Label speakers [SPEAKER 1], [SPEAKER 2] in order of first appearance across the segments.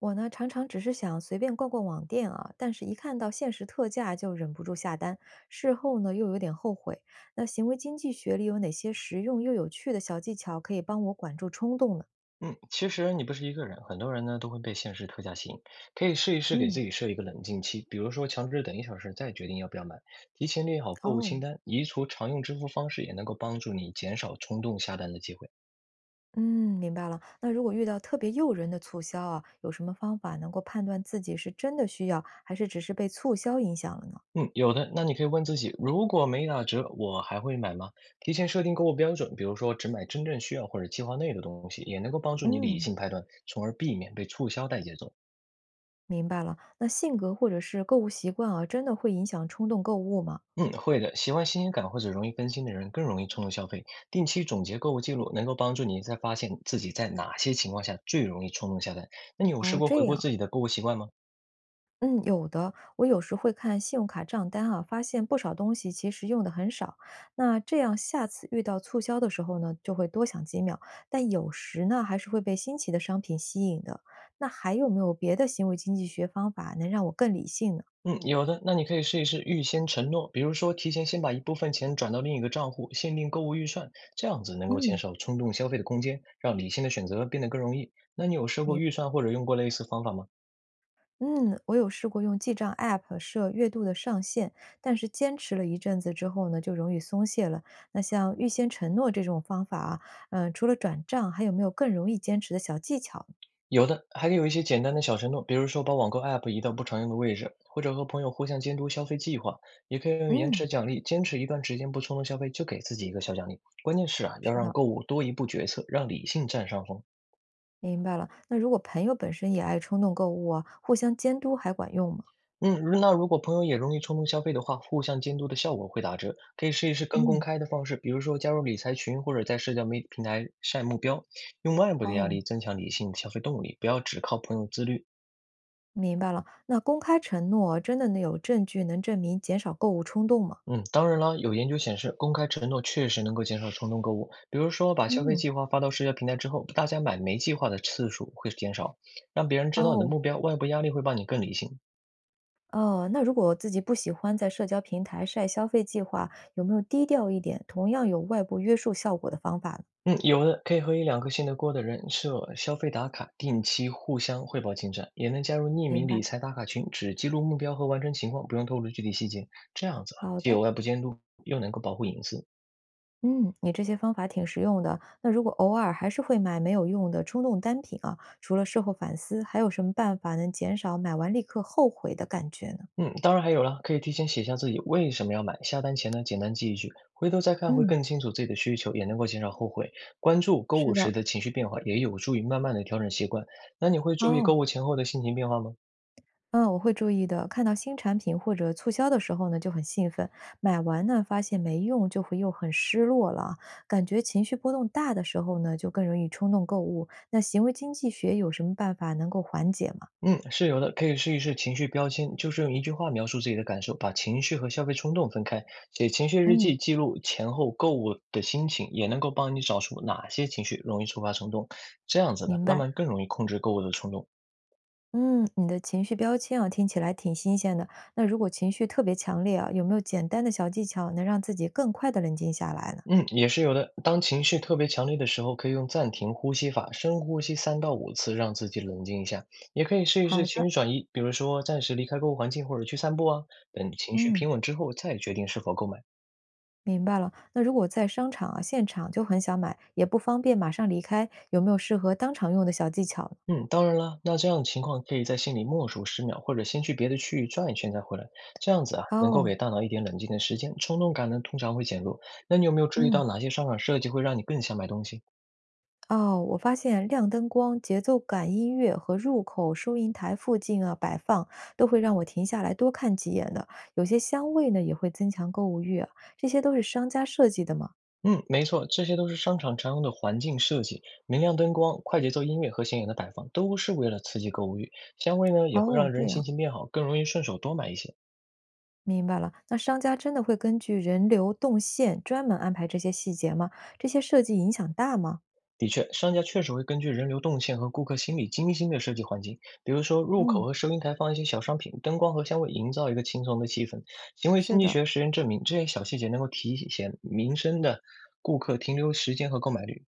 [SPEAKER 1] 我呢，常常只是想随便逛逛网店啊，但是一看到限时特价就忍不住下单，事后呢又有点后悔。那行为经济学里有哪些实用又有趣的小技巧可以帮我管住冲动呢？
[SPEAKER 2] 嗯，其实你不是一个人，很多人呢都会被现实特价吸引，可以试一试给
[SPEAKER 1] 嗯，
[SPEAKER 2] 自己设一个冷静期，比如说强制等1小时再决定要不要买，提前列好购物
[SPEAKER 1] 哦，
[SPEAKER 2] 清单，移除常用支付方式也能够帮助你减少冲动下单的机会。
[SPEAKER 1] 嗯，明白了。那如果遇到特别诱人的促销啊，有什么方法能够判断自己是真的需要，还是只是被促销影响了呢？
[SPEAKER 2] 嗯，有的，那你可以问自己，如果没打折，我还会买吗？提前设定购物标准，比如说只买真正需要或者计划内的东西，也能够帮助你理
[SPEAKER 1] 嗯，
[SPEAKER 2] 性判断，从而避免被促销带节奏。
[SPEAKER 1] 明白了。那性格或者是购物习惯啊，真的会影响冲动购物吗？
[SPEAKER 2] 嗯，会的。喜欢新鲜感或者容易分心的人更容易冲动消费。定期总结购物记录，能够帮助你在发现自己在哪些情况下最容易冲动下单。那你有试
[SPEAKER 1] 哦，
[SPEAKER 2] 过
[SPEAKER 1] 这
[SPEAKER 2] 回顾
[SPEAKER 1] 样
[SPEAKER 2] 自己
[SPEAKER 1] 啊。
[SPEAKER 2] 的购物习惯吗？
[SPEAKER 1] 嗯，有的。我有时会看信用卡账单啊，发现不少东西其实用的很少。那这样下次遇到促销的时候呢，就会多想几秒。但有时呢，还是会被新奇的商品吸引的。那还有没有别的行为经济学方法能让我更理性呢？
[SPEAKER 2] 嗯，有的。那你可以试一试预先承诺，比如说提前先把一部分钱转到另一个账户，限定购物预算，这样子能够减
[SPEAKER 1] 嗯，
[SPEAKER 2] 少冲动消费的空间，让理性的选择变得更容易。那你有设过
[SPEAKER 1] 明。
[SPEAKER 2] 预算或者用过类似方法吗？
[SPEAKER 1] 嗯，我有试过用记账 App 设月度的上限，但是坚持了一阵子之后呢，就容易松懈了。那像预先承诺这种方法啊，除了转账，还有没有更容易坚持的小技巧？
[SPEAKER 2] 有的，还可以有一些简单的小承诺，比如说把网购 App 移到不常用的位置，或者和朋友互相监督消费计划，也可以用延
[SPEAKER 1] 嗯，
[SPEAKER 2] 迟奖励，坚持一段时间不冲动消费，就给自己一个小奖励。关键是啊，要
[SPEAKER 1] 是
[SPEAKER 2] 让
[SPEAKER 1] 的，
[SPEAKER 2] 购物多一步决策，让理性占上风。
[SPEAKER 1] 明白了。那如果朋友本身也爱冲动购物啊，互相监督还管用吗？
[SPEAKER 2] 嗯，那如果朋友也容易冲动消费的话，互相监督的效果会打折。可以试一试更公
[SPEAKER 1] 嗯，
[SPEAKER 2] 开的方式，比如说加入理财群，或者在社交媒体平台晒目标，用外部的压
[SPEAKER 1] 哦，
[SPEAKER 2] 力增强理性消费动力，不要只靠朋友自律。
[SPEAKER 1] 明白了。那公开承诺真的能有证据能证明减少购物冲动吗？
[SPEAKER 2] 嗯，当然了，有研究显示，公开承诺确实能够减少冲动购物。比如说，把消费
[SPEAKER 1] 嗯，
[SPEAKER 2] 计划发到社交平台之后，大家买没计划的次数会减少，让别人知道你的
[SPEAKER 1] 哦，
[SPEAKER 2] 目标，外部压力会帮你更理性。
[SPEAKER 1] 哦，那如果自己不喜欢在社交平台晒消费计划，有没有低调一点，同样有外部约束效果的方法呢？
[SPEAKER 2] 嗯，有的可以和1-2个信得过的人设消费打卡，定期互相汇报进展，也能加入匿
[SPEAKER 1] 明
[SPEAKER 2] 名
[SPEAKER 1] 白。
[SPEAKER 2] 理财打卡群，只记录目标和完成情况，不用透露具体细节。这样子啊，
[SPEAKER 1] 好
[SPEAKER 2] 既
[SPEAKER 1] 的。
[SPEAKER 2] 有外部监督，又能够保护隐私。
[SPEAKER 1] 嗯，你这些方法挺实用的。那如果偶尔还是会买没有用的冲动单品啊，除了事后反思，还有什么办法能减少买完立刻后悔的感觉呢？
[SPEAKER 2] 嗯，当然还有了，可以提前写下自己为什么要买，下单前呢，简单记一句，回头再看会
[SPEAKER 1] 嗯，
[SPEAKER 2] 更清楚自己的需求，也能够减少后悔。关注购物
[SPEAKER 1] 是
[SPEAKER 2] 时
[SPEAKER 1] 的，
[SPEAKER 2] 的情绪变化，也有助于慢慢的调整习惯。那你会注意
[SPEAKER 1] 哦，
[SPEAKER 2] 购物前后的心情变化吗？
[SPEAKER 1] 嗯，我会注意的。看到新产品或者促销的时候呢，就很兴奋；买完呢，发现没用，就会又很失落了啊，感觉情绪波动大的时候呢，就更容易冲动购物。那行为经济学有什么办法能够缓解吗？
[SPEAKER 2] 嗯，是有的，可以试一试情绪标签，就是用一句话描述自己的感受，把情绪和消费冲动分开。写情绪日
[SPEAKER 1] 嗯，
[SPEAKER 2] 记，记录前后购物的心情，也能够帮你找出哪些情绪容易触发冲动。这样子呢，
[SPEAKER 1] 明
[SPEAKER 2] 慢
[SPEAKER 1] 白。
[SPEAKER 2] 慢更容易控制购物的冲动。
[SPEAKER 1] 嗯，你的情绪标签啊，听起来挺新鲜的。那如果情绪特别强烈啊，有没有简单的小技巧能让自己更快的冷静下来呢？
[SPEAKER 2] 嗯，也是有的。当情绪特别强烈的时候，可以用暂停呼吸法，深呼吸3到5次，让自己冷静一下。也可以试一试
[SPEAKER 1] 好
[SPEAKER 2] 情
[SPEAKER 1] 的，
[SPEAKER 2] 绪转移，比如说暂时离开购物环境或者去散步啊。等情绪
[SPEAKER 1] 嗯，
[SPEAKER 2] 平稳之后，再决定是否购买。
[SPEAKER 1] 明白了。那如果在商场啊，现场就很想买，也不方便马上离开，有没有适合当场用的小技巧呢？
[SPEAKER 2] 嗯，当然了，那这样的情况可以在心里默数10秒，或者先去别的区域转一圈再回来。这样子啊，能够
[SPEAKER 1] 哦，
[SPEAKER 2] 给大脑一点冷静的时间，冲动感呢通常会减弱。那你有没有注意
[SPEAKER 1] 嗯，
[SPEAKER 2] 到哪些商场设计会让你更想买东西？
[SPEAKER 1] 哦，我发现亮灯光、节奏感音乐和入口收银台附近啊摆放，都会让我停下来多看几眼的。有些香味呢，也会增强购物欲啊，这些都是商家设计的吗？
[SPEAKER 2] 嗯，没错，这些都是商场常用的环境设计，明亮灯光、快节奏音乐和显眼的摆放，都是为了刺激购物欲。香味呢，也会
[SPEAKER 1] 哦，
[SPEAKER 2] 让
[SPEAKER 1] 这
[SPEAKER 2] 人心
[SPEAKER 1] 样，
[SPEAKER 2] 情变好，更容易顺手多买一些。
[SPEAKER 1] 明白了。那商家真的会根据人流动线专门安排这些细节吗？这些设计影响大吗？
[SPEAKER 2] 的确，商家确实会根据人流动线和顾客心理精心的设计环境，比如说入口
[SPEAKER 1] 嗯，
[SPEAKER 2] 和收银台放一些小商品，灯光和香味营造一个轻松的气氛。行为
[SPEAKER 1] 是
[SPEAKER 2] 经济
[SPEAKER 1] 的。
[SPEAKER 2] 学实验证明，这些小细节能够提前民生的顾客停留时间和购买率。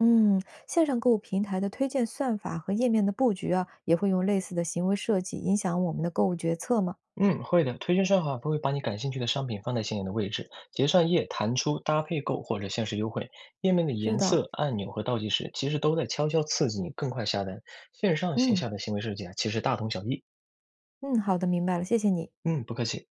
[SPEAKER 1] 嗯，线上购物平台的推荐算法和页面的布局啊，也会用类似的行为设计影响我们的购物决策吗？
[SPEAKER 2] 嗯，会的。推荐算法会把你感兴趣的商品放在显眼的位置，结算页弹出搭配购或者限时优惠，页面的
[SPEAKER 1] 是
[SPEAKER 2] 颜
[SPEAKER 1] 的。
[SPEAKER 2] 色、按钮和倒计时其实都在悄悄刺激你更快下单。线上线
[SPEAKER 1] 嗯
[SPEAKER 2] 下的行为设计啊，其实大同小异。
[SPEAKER 1] 嗯，好的，明白了，谢谢你。
[SPEAKER 2] 嗯，不客气。